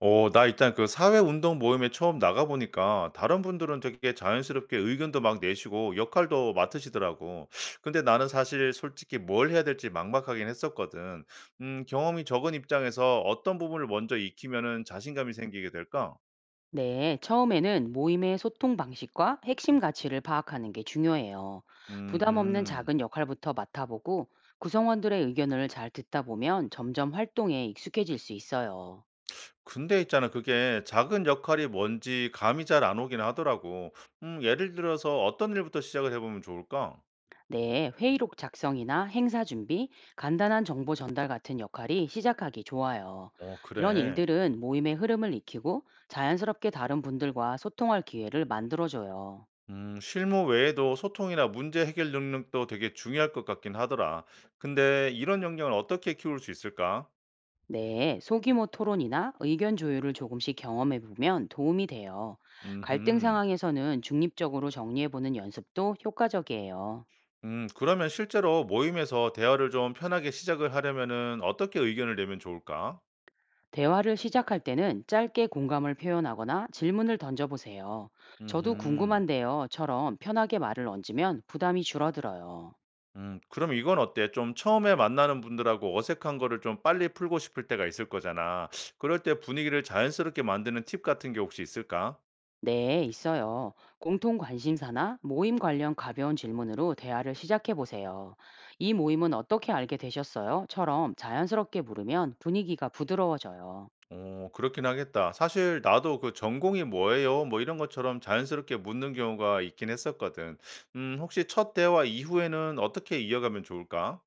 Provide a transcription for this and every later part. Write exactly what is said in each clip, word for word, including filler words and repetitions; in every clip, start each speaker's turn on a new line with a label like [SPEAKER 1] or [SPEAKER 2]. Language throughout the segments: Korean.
[SPEAKER 1] 어 나 일단 그 사회운동 모임에 처음 나가 보니까 다른 분들은 되게 자연스럽게 의견도 막 내시고 역할도 맡으시더라고. 근데 나는 사실 솔직히 뭘 해야 될지 막막하긴 했었거든. 음 경험이 적은 입장에서 어떤 부분을 먼저 익히면은 자신감이 생기게 될까?
[SPEAKER 2] 네, 처음에는 모임의 소통 방식과 핵심 가치를 파악하는 게 중요해요. 부담 없는
[SPEAKER 1] 음흠.
[SPEAKER 2] 작은 역할부터 맡아보고 구성원들의 의견을 잘 듣다 보면 점점 활동에 익숙해질 수 있어요.
[SPEAKER 1] 근데 있잖아 그게 작은 역할이 뭔지 감이 잘 안 오긴 하더라고. 음 예를 들어서 어떤 일부터 시작을 해 보면 좋을까?
[SPEAKER 2] 네, 회의록 작성이나 행사 준비, 간단한 정보 전달 같은 역할이 시작하기 좋아요.
[SPEAKER 1] 어
[SPEAKER 2] 이런
[SPEAKER 1] 그래.
[SPEAKER 2] 일들은 모임의 흐름을 익히고 자연스럽게 다른 분들과 소통할 기회를 만들어줘요.
[SPEAKER 1] 음, 실무 외에도 소통이나 문제 해결 능력도 되게 중요할 것 같긴 하더라. 근데 이런 역량을 어떻게 키울 수 있을까?
[SPEAKER 2] 네, 소규모 토론이나 의견 조율을 조금씩 경험해 보면 도움이 돼요. 갈등
[SPEAKER 1] 음,
[SPEAKER 2] 상황에서는 중립적으로 정리해 보는 연습도 효과적이에요.
[SPEAKER 1] 음, 그러면 실제로 모임에서 대화를 좀 편하게 시작을 하려면은 어떻게 의견을 내면 좋을까?
[SPEAKER 2] 대화를 시작할 때는 짧게 공감을 표현하거나 질문을 던져보세요. 저도
[SPEAKER 1] 음,
[SPEAKER 2] 궁금한데요.처럼 편하게 말을 얹으면 부담이 줄어들어요.
[SPEAKER 1] 음, 그럼 이건 어때? 좀 처음에 만나는 분들하고 어색한 거를 좀 빨리 풀고 싶을 때가 있을 거잖아. 그럴 때 분위기를 자연스럽게 만드는 팁 같은 게 혹시 있을까?
[SPEAKER 2] 네, 있어요. 공통 관심사나 모임 관련 가벼운 질문으로 대화를 시작해 보세요. 이 모임은 어떻게 알게 되셨어요?처럼 자연스럽게 물으면 분위기가 부드러워져요.
[SPEAKER 1] 어 그렇긴 하겠다. 사실 나도 그 "전공이 뭐예요?" 뭐 이런 것처럼 자연스럽게 묻는 경우가 있긴 했었거든. 음 혹시 첫 대화 이후에는 어떻게 이어가면 좋을까?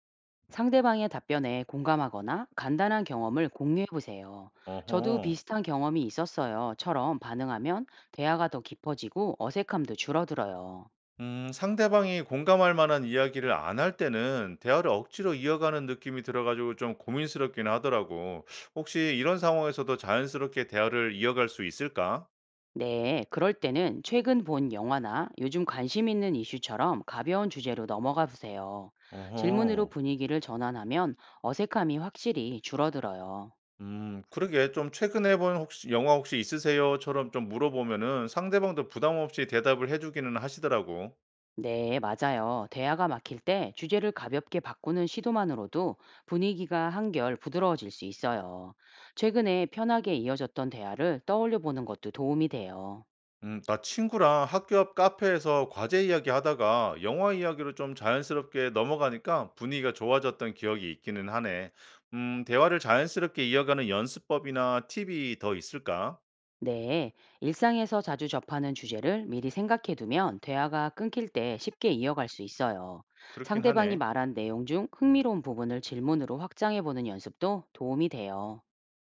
[SPEAKER 2] 상대방의 답변에 공감하거나 간단한 경험을 공유해 보세요.
[SPEAKER 1] 어허.
[SPEAKER 2] 저도 비슷한 경험이 있었어요.처럼 반응하면 대화가 더 깊어지고 어색함도 줄어들어요.
[SPEAKER 1] 음 상대방이 공감할 만한 이야기를 안 할 때는 대화를 억지로 이어가는 느낌이 들어 가지고 좀 고민스럽긴 하더라고. 혹시 이런 상황에서도 자연스럽게 대화를 이어갈 수 있을까?
[SPEAKER 2] 네, 그럴 때는 최근 본 영화나 요즘 관심 있는 이슈처럼 가벼운 주제로 넘어가 보세요. 질문으로
[SPEAKER 1] 어허.
[SPEAKER 2] 분위기를 전환하면 어색함이 확실히 줄어들어요.
[SPEAKER 1] 음 그러게 좀 "최근에 본 혹시 영화 혹시 있으세요?"처럼 좀 물어보면은 상대방도 부담 없이 대답을 해 주기는 하시더라고.
[SPEAKER 2] 네, 맞아요. 대화가 막힐 때 주제를 가볍게 바꾸는 시도만으로도 분위기가 한결 부드러워질 수 있어요. 최근에 편하게 이어졌던 대화를 떠올려 보는 것도 도움이 돼요.
[SPEAKER 1] 음 나 친구랑 학교 앞 카페에서 과제 이야기하다가 영화 이야기로 좀 자연스럽게 넘어가니까 분위기가 좋아졌던 기억이 있기는 하네. 음 대화를 자연스럽게 이어가는 연습법이나 팁이 더 있을까?
[SPEAKER 2] 네, 일상에서 자주 접하는 주제를 미리 생각해 두면 대화가 끊길 때 쉽게 이어갈 수 있어요.
[SPEAKER 1] 그렇긴
[SPEAKER 2] 상대방이
[SPEAKER 1] 하네.
[SPEAKER 2] 말한 내용 중 흥미로운 부분을 질문으로 확장해 보는 연습도 도움이 돼요.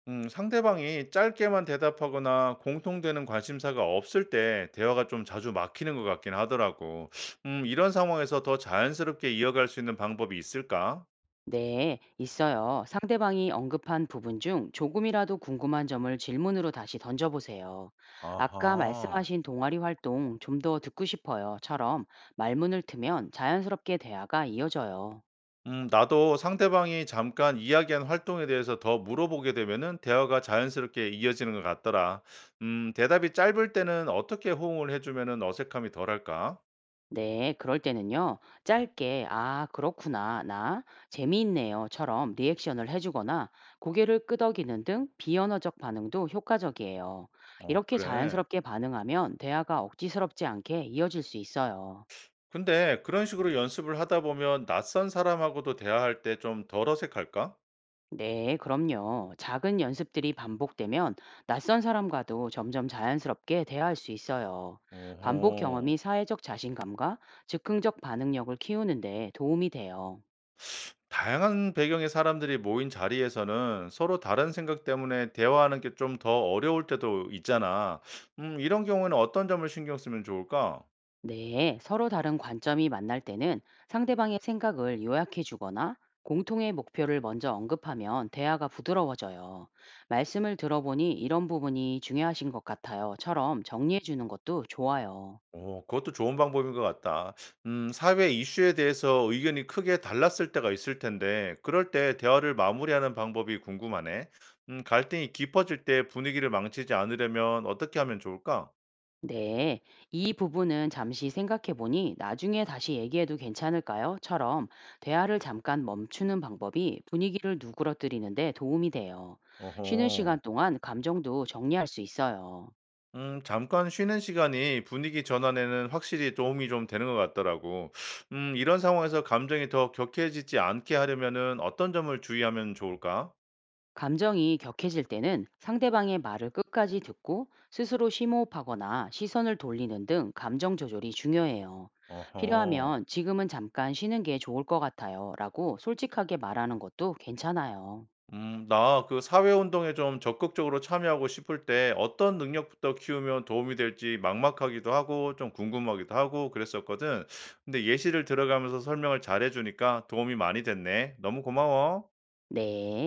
[SPEAKER 1] 음, 상대방이 짧게만 대답하거나 공통되는 관심사가 없을 때 대화가 좀 자주 막히는 것 같긴 하더라고. 음, 이런 상황에서 더 자연스럽게 이어갈 수 있는 방법이 있을까?
[SPEAKER 2] 네, 있어요. 상대방이 언급한 부분 중 조금이라도 궁금한 점을 질문으로 다시 던져보세요. 아까
[SPEAKER 1] 아하.
[SPEAKER 2] 말씀하신 동아리 활동 좀 더 듣고 싶어요.처럼 말문을 트면 자연스럽게 대화가 이어져요.
[SPEAKER 1] 음, 나도 상대방이 잠깐 이야기한 활동에 대해서 더 물어보게 되면은 대화가 자연스럽게 이어지는 것 같더라. 음, 대답이 짧을 때는 어떻게 호응을 해주면은 어색함이 덜할까?
[SPEAKER 2] 네, 그럴 때는요, 짧게, 아, 그렇구나, 나, 재미있네요, 처럼 리액션을 해주거나 고개를 끄덕이는 등 비언어적 반응도 효과적이에요.
[SPEAKER 1] 어,
[SPEAKER 2] 이렇게
[SPEAKER 1] 그래.
[SPEAKER 2] 자연스럽게 반응하면 대화가 억지스럽지 않게 이어질 수 있어요.
[SPEAKER 1] 근데 그런 식으로 연습을 하다 보면 낯선 사람하고도 대화할 때 좀 덜 어색할까?
[SPEAKER 2] 네, 그럼요. 작은 연습들이 반복되면 낯선 사람과도 점점 자연스럽게 대화할 수 있어요. 반복
[SPEAKER 1] 어허.
[SPEAKER 2] 경험이 사회적 자신감과 즉흥적 반응력을 키우는데 도움이 돼요.
[SPEAKER 1] 다양한 배경의 사람들이 모인 자리에서는 서로 다른 생각 때문에 대화하는 게 좀 더 어려울 때도 있잖아. 음, 이런 경우에는 어떤 점을 신경 쓰면 좋을까?
[SPEAKER 2] 네, 서로 다른 관점이 만날 때는 상대방의 생각을 요약해 주거나 공통의 목표를 먼저 언급하면 대화가 부드러워져요. 말씀을 들어보니 이런 부분이 중요하신 것 같아요.처럼 정리해 주는 것도 좋아요.
[SPEAKER 1] 어, 그것도 좋은 방법인 것 같다. 음, 사회 이슈에 대해서 의견이 크게 달랐을 때가 있을 텐데, 그럴 때 대화를 마무리하는 방법이 궁금하네. 음, 갈등이 깊어질 때 분위기를 망치지 않으려면 어떻게 하면 좋을까?
[SPEAKER 2] 네, 이 부분은 잠시 생각해 보니 나중에 다시 얘기해도 괜찮을까요?처럼 대화를 잠깐 멈추는 방법이 분위기를 누그러뜨리는데 도움이 돼요. 쉬는 시간
[SPEAKER 1] 어허.
[SPEAKER 2] 동안 감정도 정리할 수 있어요.
[SPEAKER 1] 음 잠깐 쉬는 시간이 분위기 전환에는 확실히 도움이 좀 되는 것 같더라고. 음 이런 상황에서 감정이 더 격해지지 않게 하려면은 어떤 점을 주의하면 좋을까?
[SPEAKER 2] 감정이 격해질 때는 상대방의 말을 끝까지 듣고 스스로 심호흡하거나 시선을 돌리는 등 감정 조절이 중요해요.
[SPEAKER 1] 어허.
[SPEAKER 2] 필요하면 지금은 잠깐 쉬는 게 좋을 것 같아요. 라고 솔직하게 말하는 것도 괜찮아요.
[SPEAKER 1] 음 나 그 사회 운동에 좀 적극적으로 참여하고 싶을 때 어떤 능력부터 키우면 도움이 될지 막막하기도 하고 좀 궁금하기도 하고 그랬었거든. 근데 예시를 들어가면서 설명을 잘해 주니까 도움이 많이 됐네. 너무 고마워.
[SPEAKER 2] 네.